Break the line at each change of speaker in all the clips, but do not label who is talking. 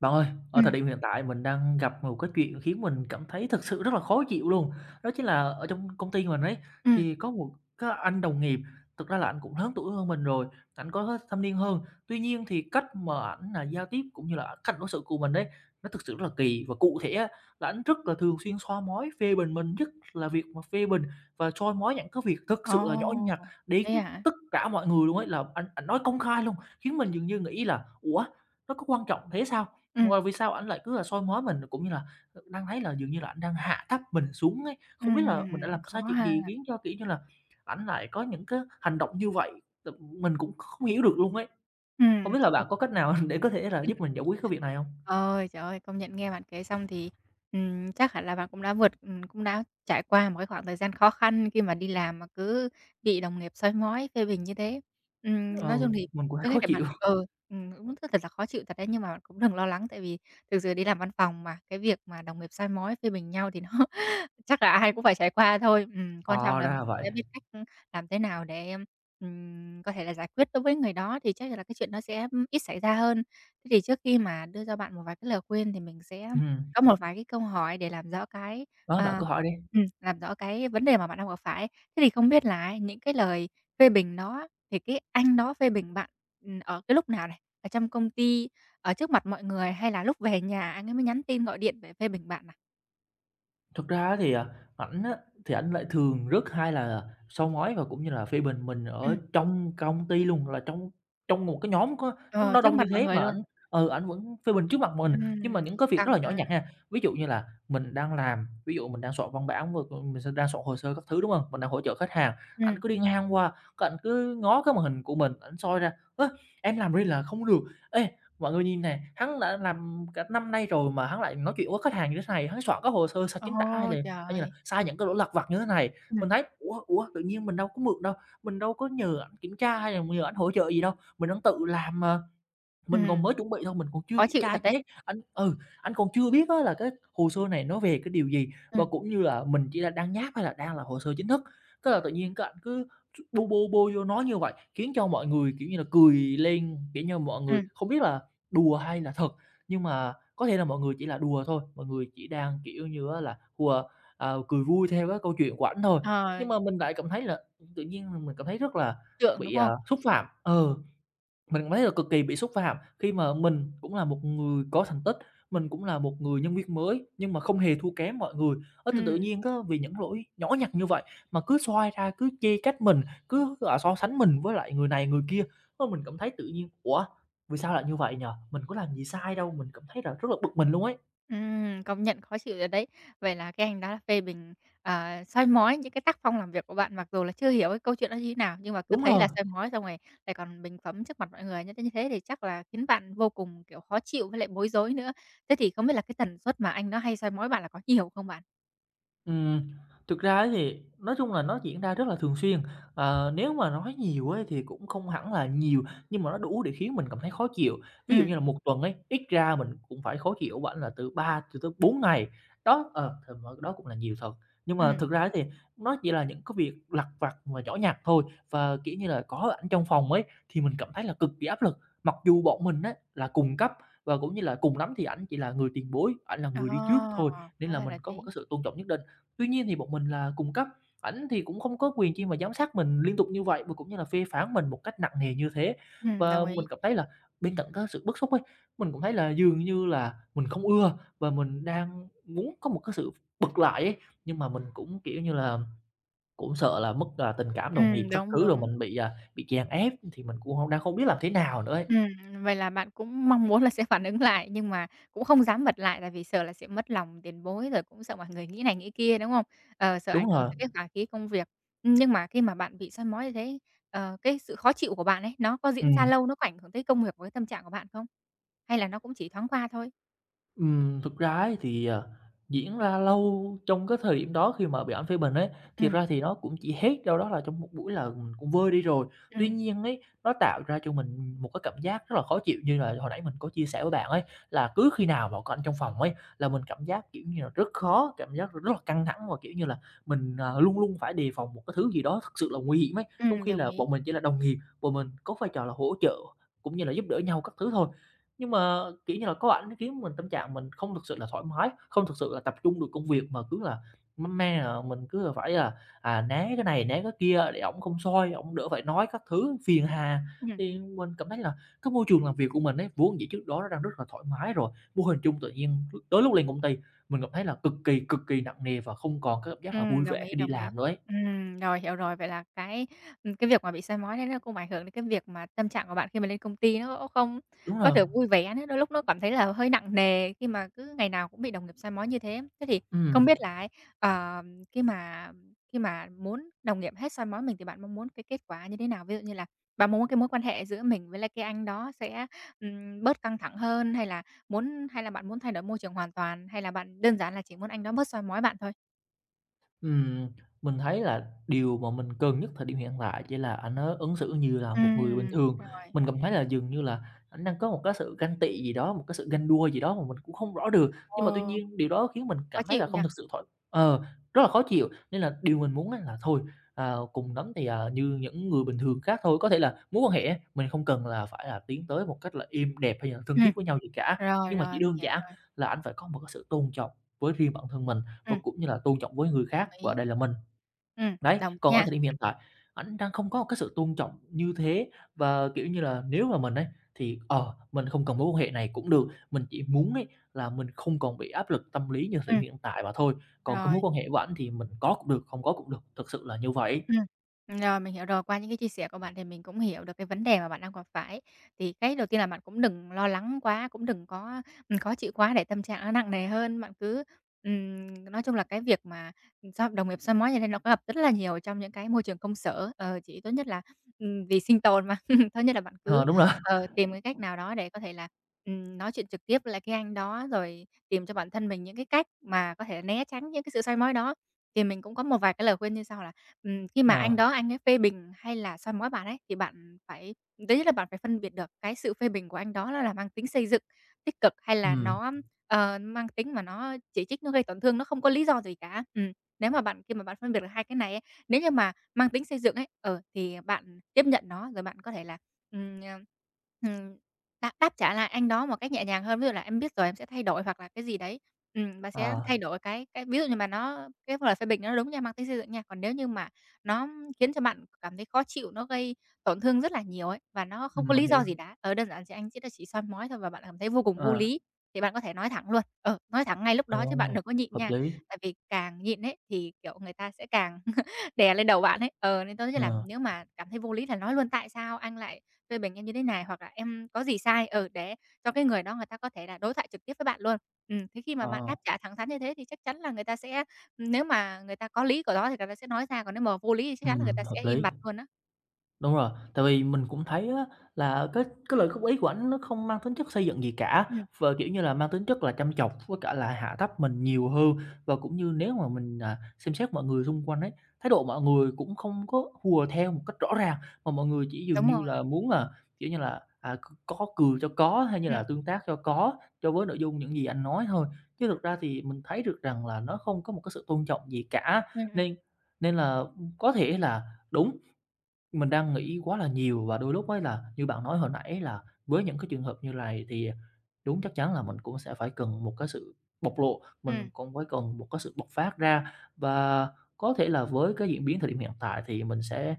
Bạn ơi, ở thời
Ừm.
điểm hiện tại mình đang gặp một cái chuyện khiến mình cảm thấy thực sự rất là khó chịu luôn. Đó chính là ở trong công ty mình ấy,
Ừm.
thì có một cái anh đồng nghiệp, thực ra là anh cũng lớn tuổi hơn mình rồi, anh có hết thâm niên hơn. Tuy nhiên thì cách mà ảnh là giao tiếp cũng như là cách đối xử của mình đấy nó thực sự rất là kỳ và cụ thể á, là ảnh rất là thường xuyên soi mói phê bình mình, nhất là việc mà phê bình và soi mói những cái việc thực
Ồ,
sự là nhỏ nhặt đến
thế hả?
tất cả mọi người luôn ấy, là ảnh nói công khai luôn, khiến mình dường như nghĩ là "Ủa, nó có quan trọng thế sao?"
Ừm.
Rồi vì sao ảnh lại cứ là soi mói mình, cũng như là, đang thấy là dường như là ảnh đang hạ thấp mình xuống ấy. Không biết là mình đã
Ừm.
làm
Khó
sai chuyện
ha.
gì khiến cho, kiểu như là, ảnh lại có những cái hành động như vậy, mình cũng không hiểu được luôn ấy.
Ừm,
Không biết là bạn có cách nào để có thể là giúp mình giải quyết cái việc này không?
Ôi, trời ơi, công nhận nghe bạn kể xong thì chắc hẳn là bạn cũng đã trải qua một cái khoảng thời gian khó khăn khi mà đi làm mà cứ bị đồng nghiệp soi mói, phê bình như thế.
Ừ,
Nói chung thì
mình cũng thấy
trước hết
khó
để bạn
chịu.
cũng rất thật là khó chịu thật đấy, nhưng mà bạn cũng đừng lo lắng tại vì thực sự đi làm văn phòng mà, cái việc mà đồng nghiệp soi mói, phê bình nhau thì chắc là ai cũng phải trải qua thôi. Quan trọng
Ờ,
là
ra
mình
là vậy.
sẽ biết cách làm thế nào để có thể là giải quyết đối với người đó thì chắc là cái chuyện nó sẽ ít xảy ra hơn. Thế thì trước khi mà đưa cho bạn một vài cái lời khuyên thì mình sẽ
Ừm,
có một vài cái câu hỏi để
đó, bạn
à
cứ hỏi đi.
làm rõ cái vấn đề mà bạn đang gặp phải. Thế thì không biết là ấy, những cái lời phê bình đó thì cái anh đó phê bình bạn ở cái lúc nào này? Ở trong công ty, ở trước mặt mọi người hay là lúc về nhà anh ấy mới nhắn tin, gọi điện để phê bình bạn à?
Thực ra á thì, ảnh á, thì ảnh lại thường rất hay là soi mói và cũng như là phê bình mình ở
Ừm,
trong công ty luôn, là trong trong một cái nhóm có
ờ,
nó
Trước
đông như
mặt mọi
thế
người
mà
luôn.
ảnh ảnh vẫn phê bình trước mặt mình. Nhưng mà
Ừm.
những cái việc rất
Căng
là nhỏ
ha.
nhặt ha, ví dụ như là mình đang làm, ví dụ mình đang soạn văn bản, rồi còn mình sẽ đang soạn hồ sơ các thứ, đúng không? Mình đang hỗ trợ khách hàng, ảnh
Ừm.
cứ đi ngang qua, cái ảnh cứ ngó cái màn hình của mình, ảnh soi ra: "Ơ, em làm riêng là không được. Ê, mọi người nhìn này, hắn đã làm cả năm nay rồi mà hắn lại nói chuyện với khách hàng như thế này, hắn soạn các hồ sơ sai chính tả hay
Ô,
là hay như là
trời!
sai những cái lỗi lặt vặt như thế này."
Ừm.
Mình thấy, ủa, ủa, tự nhiên mình đâu có mượn đâu, mình đâu có nhờ ảnh kiểm tra hay là nhờ ảnh hỗ trợ gì đâu, mình đang tự làm mà. Mình
Ừm.
còn mới chuẩn bị thôi, mình còn chưa
Khó
kiểm
chịu
tra
thật
gì
đấy.
hết, anh còn chưa biết á là cái hồ sơ này nó về cái điều gì, và
Ừm,
cũng như là mình chỉ là đang nháp hay là đang là hồ sơ chính thức. Tức là tự nhiên các anh cứ bô bô vô nói như vậy, khiến cho mọi người, kiểu như là, cười lên, kiểu như, mọi người
ừm,
không biết là đùa hay là thật, nhưng mà có thể là mọi người chỉ là đùa thôi, mọi người chỉ đang, kiểu như á là, hùa cười vui theo cái câu chuyện của ảnh thôi.
ờ,
Nhưng mà mình lại cảm thấy là tự nhiên mình cảm thấy rất là
Trượng, đúng
bị,
không?
xúc phạm. Ờ. Mình cảm thấy là cực kỳ bị xúc phạm khi mà mình cũng là một người có thành tích, mình cũng là một người nhân viên mới nhưng mà không hề thua kém mọi người. Ơ, tự tự
Ừm,
nhiên á, vì những lỗi nhỏ nhặt như vậy mà cứ soi ra, cứ chê trách mình, cứ, so sánh mình với lại người này người kia. Ơ, mình cảm thấy tự nhiên "Ủa, vì sao lại như vậy nhỉ? Mình có làm gì sai đâu?" Mình cảm thấy là rất là bực mình luôn ấy.
Công nhận khó chịu thật đấy. Vậy là cái anh đó là phê bình, soi mói những cái tác phong làm việc của bạn, mặc dù là chưa hiểu cái câu chuyện đó như thế nào, nhưng mà cứ
Đúng
thấy
rồi.
là soi mói xong rồi lại còn bình phẩm trước mặt mọi người như thế thì chắc là khiến bạn vô cùng, kiểu, khó chịu với lại bối rối nữa. Thế thì không biết là cái tần suất mà anh đó hay soi mói bạn là có nhiều không bạn?
Ừm, thực ra ấy thì nói chung là nó diễn ra rất là thường xuyên. Ờ, nếu mà nói nhiều ấy thì cũng không hẳn là nhiều, nhưng mà nó đủ để khiến mình cảm thấy khó chịu. Ví dụ
Ừm.
như là một tuần ấy, ít ra mình cũng phải khó chịu bản là từ 3 cho tới 4 ngày. Đó, ờ, thì mà đó cũng là nhiều thật. Nhưng mà
Ừm.
thực ra ấy thì nó chỉ là những cái việc lặt vặt và nhỏ nhặt thôi, và, kiểu như là, có ảnh trong phòng ấy thì mình cảm thấy là cực kỳ áp lực. Mặc dù bọn mình á là cùng cấp và cũng như là cùng lắm thì ảnh chỉ là người tiền bối, ảnh là người đi trước
Ờ,
thôi, nên
hóa
là
ra
mình
là
có một
thế.
cái sự tôn trọng nhất định. Tuy nhiên thì bọn mình là cùng cấp, ảnh thì cũng không có quyền chi mà giám sát mình liên tục như vậy và cũng như là phê phán mình một cách nặng nề như thế. Và
Đồng ý.
mình cảm thấy là bên cạnh cái sự bức xúc ấy, mình cũng thấy là dường như là mình không ưa và mình đang muốn có một cái sự bật lại ấy, nhưng mà mình cũng, kiểu như là, cũng sợ là mất, tình cảm đồng nghiệp các
Đúng,
thứ rồi
đúng.
mình bị, bị chèn ép thì mình cũng hông đang không biết làm thế nào nữa ấy.
Ừm, Vậy là bạn cũng mong muốn là sẽ phản ứng lại nhưng mà cũng không dám bật lại tại vì sợ là sẽ mất lòng tiền bối, rồi cũng sợ mọi người nghĩ này nghĩ kia, đúng không? Sợ
Đúng
ảnh hưởng
rồi,
tới cái hòa khí công việc. Nhưng mà khi mà bạn bị soi mói như thế, cái sự khó chịu của bạn ấy, nó có diễn ra
ừm.
lâu, nó có ảnh hưởng tới công việc với tâm trạng của bạn không? Hay là nó cũng chỉ thoáng qua thôi?
Thực ra ấy thì, diễn ra lâu trong cái thời điểm đó khi mà bị ảnh phê bình ấy, thiệt
Ừm.
ra thì nó cũng chỉ hết đâu đó là trong một buổi là mình cũng vơi đi rồi. Tuy
Ừm.
nhiên ấy, nó tạo ra cho mình một cái cảm giác rất là khó chịu như là hồi nãy mình có chia sẻ với bạn ấy, là cứ khi nào mà có ảnh trong phòng ấy là mình cảm giác, kiểu như là, rất khó, cảm giác rất là căng thẳng và, kiểu như là, mình, luôn luôn phải đề phòng một cái thứ gì đó thực sự là nguy hiểm ấy. Trong
Ừm,
khi
đồng
là
ý.
bọn mình chỉ là đồng nghiệp, bọn mình có vai trò là hỗ trợ cũng như là giúp đỡ nhau các thứ thôi. Nhưng mà, kiểu như là, có ảnh nó khiến tâm trạng mình không thực sự là thoải mái, không thực sự là tập trung được công việc mà cứ là mâm me là mình cứ là phải là, né cái này né cái kia để ổng không soi, ổng đỡ phải nói các thứ phiền hà.
Ừm.
Thì mình cảm thấy là cái môi trường làm việc của mình ấy, vốn dĩ trước đó nó đang rất là thoải mái rồi, vô hình chung tự nhiên tới lúc lên công ty, mình cảm thấy là cực kỳ nặng nề và không còn cái cảm giác là vui
Đồng
vẻ
ý,
khi đi
đồng ý.
làm nữa ấy.
Rồi, hiểu rồi. Vậy là cái việc mà bị soi mói đấy nó cũng ảnh hưởng đến cái việc mà tâm trạng của bạn khi mà lên công ty nó cũng không
Đúng
có
rồi,
được vui vẻ nữa, đôi lúc nó cảm thấy là hơi nặng nề khi mà cứ ngày nào cũng bị đồng nghiệp soi mói như thế. Thế thì không
ừm.
biết là ấy, ờ, khi mà muốn đồng nghiệp hết soi mói mình thì bạn mong muốn cái kết quả như thế nào? Ví dụ như là bạn mong muốn cái mối quan hệ giữa mình với lại cái anh đó sẽ bớt căng thẳng hơn, hay là bạn muốn thay đổi môi trường hoàn toàn, hay là bạn đơn giản là chỉ muốn anh đó bớt soi mói bạn thôi?
Ừm, mình thấy là điều mà mình cần nhất thời điểm hiện tại chỉ là anh á ứng xử như là một người bình thường.
Rồi.
Mình cảm thấy là dường như là anh đang có một cái sự ganh tị gì đó, một cái sự ganh đua gì đó mà mình cũng không rõ được. Nhưng mà tuy
ờ,
nhiên điều đó khiến mình
Khó
cảm thấy là
chịu nhỉ?
không thực sự thoải. Ờ, rất là khó chịu. Nên là điều mình muốn á là thôi, cùng lắm thì, như những người bình thường khác thôi. Có thể là mối quan hệ mình không cần là phải là tiến tới một cách là êm đẹp hay là thân
Ừm,
thiết với nhau gì cả,
rồi,
nhưng mà
rồi,
chỉ
mình
đơn
hiểu
giản
rồi.
là anh phải có một cái sự tôn trọng với riêng bản thân mình và
Ừm,
cũng như là tôn trọng với người
đồng
khác và ở
ý.
đây là mình. Đấy,
Đồng ý
còn ở
nha.
thời điểm hiện tại ảnh đang không có một cái sự tôn trọng như thế và, kiểu như là, nếu mà mình ấy, thì, mình không cần mối quan hệ này cũng được, mình chỉ muốn ấy là mình không còn bị áp lực tâm lý như thời điểm
Ừm,
hiện tại mà thôi, còn cái
rồi.
mối quan hệ của ảnh thì mình có cũng được, không có cũng được, thực sự là như vậy.
Ừm. Rồi, mình hiểu rồi. Qua những cái chia sẻ của bạn thì mình cũng hiểu được cái vấn đề mà bạn đang gặp phải. Thì cái đầu tiên là bạn cũng đừng lo lắng quá, cũng đừng có khó chịu quá để tâm trạng nó nặng nề hơn. Nói chung là cái việc mà đồng nghiệp soi mói như thế nó có gặp rất là nhiều trong những cái môi trường công sở. Ờ, chỉ tốt nhất là vì sinh tồn mà, tốt nhất là bạn cứ,
Ờ, đúng rồi,
ờ, tìm cái cách nào đó để có thể là nói chuyện trực tiếp với lại cái anh đó, rồi tìm cho bản thân mình những cái cách mà có thể né tránh những cái sự soi mói đó. Thì mình cũng có một vài cái lời khuyên như sau là khi mà anh
ờ,
đó anh ấy phê bình hay là soi mói bạn ấy, thì bạn phải thứ nhất là bạn phải phân biệt được cái sự phê bình của anh đó nó là mang tính xây dựng, tích cực hay là
ừm,
nó mang tính mà nó chỉ trích, nó gây tổn thương, nó không có lý do gì cả. Nếu mà bạn khi mà bạn phân biệt được hai cái này ấy, nếu như mà mang tính xây dựng ấy, thì bạn tiếp nhận nó, rồi bạn có thể là, ờ, ừm, đáp đáp trả lại anh đó một cách nhẹ nhàng hơn. Ví dụ là "Em biết rồi, em sẽ thay đổi" hoặc là cái gì đấy. Bạn sẽ
ờ,
thay đổi cái ví dụ như mà nó cái lời phê bình nó đúng nha, mang tính xây dựng nha, còn nếu như mà nó khiến cho bạn cảm thấy khó chịu, nó gây tổn thương rất là nhiều ấy, và nó không có
mình
lý
hiểu,
do gì đã. Ở đơn giản chỉ anh chỉ là chỉ soi mói thôi và bạn cảm thấy vô cùng vô
ờ,
lý, thì bạn có thể nói thẳng luôn. Ờ, nói thẳng ngay lúc
ồ,
đó chứ bạn đừng có nhịn
hợp
nha,
lý,
tại vì càng nhịn ấy thì, kiểu, người ta sẽ càng đè lên đầu bạn ấy. Ờ, nên tôi nhất là
ờ,
nếu mà cảm thấy vô lý là nói luôn: "Tại sao anh lại phê bình em như thế này?" hoặc là "Em có gì sai?" Ừ, để cho cái người đó người ta có thể là đối thoại trực tiếp với bạn luôn. Thế khi mà bạn
ờ,
đáp trả thẳng thắn như thế thì chắc chắn là người ta sẽ nếu mà người ta có lý của đó thì người ta sẽ nói ra, còn nếu mà vô lý thì chắc chắn là người ta
hợp
sẽ im
lý.
bặt luôn á.
Đúng rồi, tại vì mình cũng thấy á là cái lời góp ý của ảnh nó không mang tính chất xây dựng gì cả,
Ừm,
và, kiểu như là, mang tính chất là châm chọc với cả là hạ thấp mình nhiều hơn. Và cũng như nếu mà mình, xem xét mọi người xung quanh ấy, thái độ mọi người cũng không có hùa theo một cách rõ ràng, mà mọi người chỉ dường
đúng
như
rồi.
là muốn, là kiểu như là, à, c có cười cho có hay như
Ừm.
là tương tác cho có, cho với nội dung những gì anh nói thôi. Chứ thực ra thì mình thấy được rằng là nó không có một cái sự tôn trọng gì cả,
Ừm. Ừm.
nên nên là, có thể là đúng, mình đang nghĩ quá là nhiều và đôi lúc ấy là như bạn nói hồi nãy là với những cái trường hợp như này thì đúng chắc chắn là mình cũng sẽ phải cần một cái sự bộc lộ, mình
Ừm,
cũng phải cần một cái sự bộc phát ra. Và có thể là với cái diễn biến thời điểm hiện tại thì mình sẽ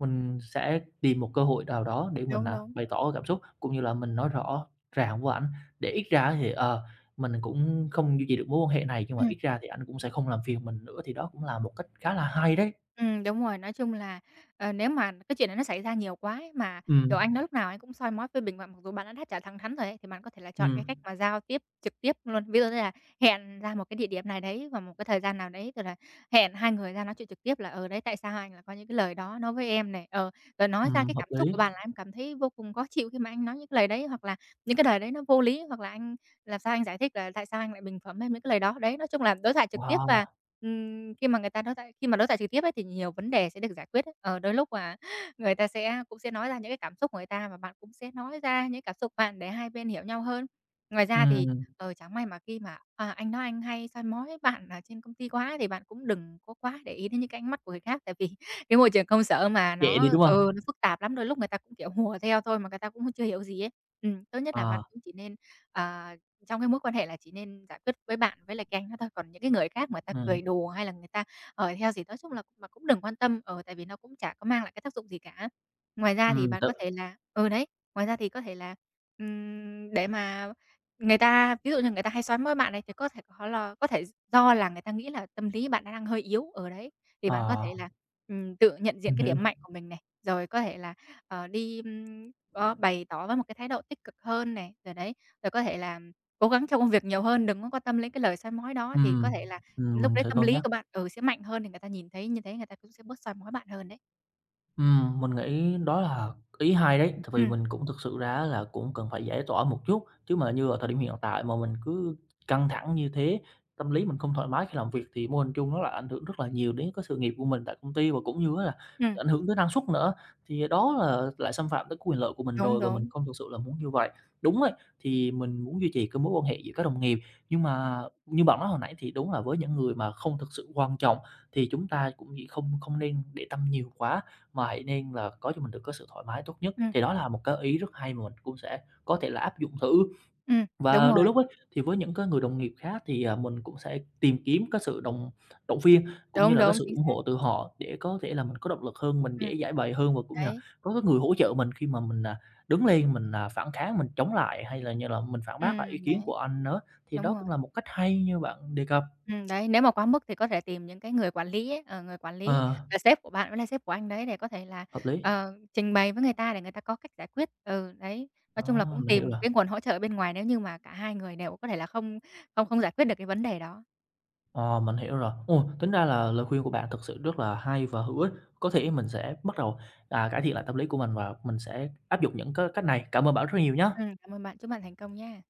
mình sẽ tìm một cơ hội nào đó để mình,
đúng, đúng.
bày tỏ cảm xúc, cũng như là mình nói rõ ràng với ảnh, để ít ra thì, mình cũng không duy trì được mối quan hệ này, nhưng mà
Ừm.
ít ra thì anh cũng sẽ không làm phiền mình nữa, thì đó cũng là một cách khá là hay đấy.
Đúng rồi. Nói chung là, nếu mà cái chuyện này nó xảy ra nhiều quá ấy, mà,
Ừm,
kiểu, anh đó lúc nào anh cũng soi mói phê bình bạn, mặc dù bạn đã đáp trả thẳng thắn rồi ấy, thì bạn có thể là chọn cái cách
ừm,
mà giao tiếp trực tiếp luôn. Ví dụ như là hẹn ra một cái địa điểm này đấy vào một cái thời gian nào đấy, rồi là hẹn hai người ra nói chuyện trực tiếp là "Ờ, đấy, tại sao anh lại có những cái lời đó nói với em này?" Ờ, rồi nói ra cái
hợp
cảm xúc của
lý.
bạn là em cảm thấy vô cùng khó chịu khi mà anh nói những cái lời đấy, hoặc là những cái lời đấy nó vô lý, hoặc là anh làm sao anh giải thích là tại sao anh lại bình phẩm hay mấy cái lời đó. Đấy, nói chung là đối thoại trực tiếp và,
Wow!
ừm, khi mà đối thoại trực tiếp ấy thì nhiều vấn đề sẽ được giải quyết ấy. Ờ, đôi lúc mà người ta sẽ cũng sẽ nói ra những cái cảm xúc của người ta và bạn cũng sẽ nói ra những cảm xúc của bạn để hai bên hiểu nhau hơn. Ngoài ra thì,
Ừm,
ờ, chẳng may mà khi mà anh nói anh hay soi mói bạn ở trên công ty quá thì bạn cũng đừng có quá để ý đến những cái ánh mắt của người khác, tại vì cái môi trường công sở mà
nhẹ đi,
nó
đúng
ừ,
hông?
nó phức tạp lắm, đôi lúc người ta cũng, kiểu, hùa theo thôi mà người ta cũng chưa hiểu gì ấy. Tốt nhất là
Ờ,
bạn cũng chỉ nên, ờ trong cái mối quan hệ là chỉ nên giải quyết với bạn với lại cái anh đó thôi, còn những cái người khác mà ta
ừm,
cười đùa hay là người ta, ở theo gì nói chung là mà cũng đừng quan tâm, tại vì nó cũng chả có mang lại cái tác dụng gì cả. Ngoài ra thì
ừm,
bạn có
tự
thể là đấy, ngoài ra thì có thể là để mà người ta ví dụ như người ta hay soi mói bạn này thì có thể do là người ta nghĩ là tâm lý bạn đang hơi yếu, ở đấy, thì bạn có
ờ,
thể là tự nhận diện
mình
cái
hiểu.
điểm mạnh của mình này, rồi có thể là có bày tỏ với một cái thái độ tích cực hơn này, rồi đấy, rồi có thể là cố gắng trong công việc nhiều hơn, đừng có quan tâm đến cái lời soi mói đó thì có
Ừm,
thể là lúc
mình
đấy
thử
tâm
cân
lý
nhắc.
của bạn, ừ, sẽ mạnh hơn thì người ta nhìn thấy như thế người ta cũng sẽ bớt soi mói bạn hơn đấy.
Mình nghĩ đó là ý hay đấy, tại vì
Ừm,
mình cũng thực sự ra là cũng cần phải giải tỏa một chút, chứ mà như ở thời điểm hiện tại mà mình cứ căng thẳng như thế, tâm lý mình không thoải mái khi làm việc thì vô hình chung nó lại ảnh hưởng rất là nhiều đến cái sự nghiệp của mình tại công ty và cũng như là
ừm,
ảnh hưởng tới năng suất nữa. Thì đó là lại xâm phạm tới quyền lợi của mình
đúng,
rồi và mình
đúng,
không thực sự là muốn như vậy. Đúng đấy, thì mình muốn duy trì cái mối quan hệ giữa các đồng nghiệp, nhưng mà như bạn nói hồi nãy thì đúng là với những người mà không thực sự quan trọng thì chúng ta cũng chỉ không không nên để tâm nhiều quá mà hãy nên là có cho mình được cái sự thoải mái tốt nhất.
ừm,
Thì đó là một cái ý rất hay mà mình cũng sẽ có thể là áp dụng thử.
đúng
Và đôi
rồi,
lúc ấy, thì với những cái người đồng nghiệp khác thì, mình cũng sẽ tìm kiếm cái sự đồng động viên cũng như
đúng,
là cái
đúng,
sự
chính
ủng
xác,
hộ từ họ để có thể là mình có động lực hơn, mình
ừm.
dễ giải bày hơn và cũng như là
Đấy,
có cái người hỗ trợ mình khi mà mình, đứng lên, mình, phản kháng, mình chống lại hay là như là mình phản bác lại ý kiến
đấy,
của anh nữa. Thì
đúng
đó
rồi.
cũng là một cách hay như bạn đề cập.
Đấy, nếu mà quá mức thì có thể tìm những cái người quản lý ấy, người quản lý
Ờ,
là sếp của bạn với lại sếp của anh đấy để có thể là,
hợp lý.
ờ, trình bày với người ta để người ta có cách giải quyết. Ừ, đấy, nói chung là
Ờ,
cũng
mình hiểu
tìm
rồi.
cái nguồn hỗ trợ bên ngoài nếu như mà cả hai người đều có thể là không không không giải quyết được cái vấn đề đó.
Ờ, mình hiểu rồi. Ồ, tính ra là lời khuyên của bạn thực sự rất là hay và hữu ích. Có thể mình sẽ bắt đầu, cải thiện lại tâm lý của mình và mình sẽ áp dụng những cái cách này. Cảm ơn bạn rất nhiều nhé.
Cảm ơn bạn, chúc bạn thành công nha.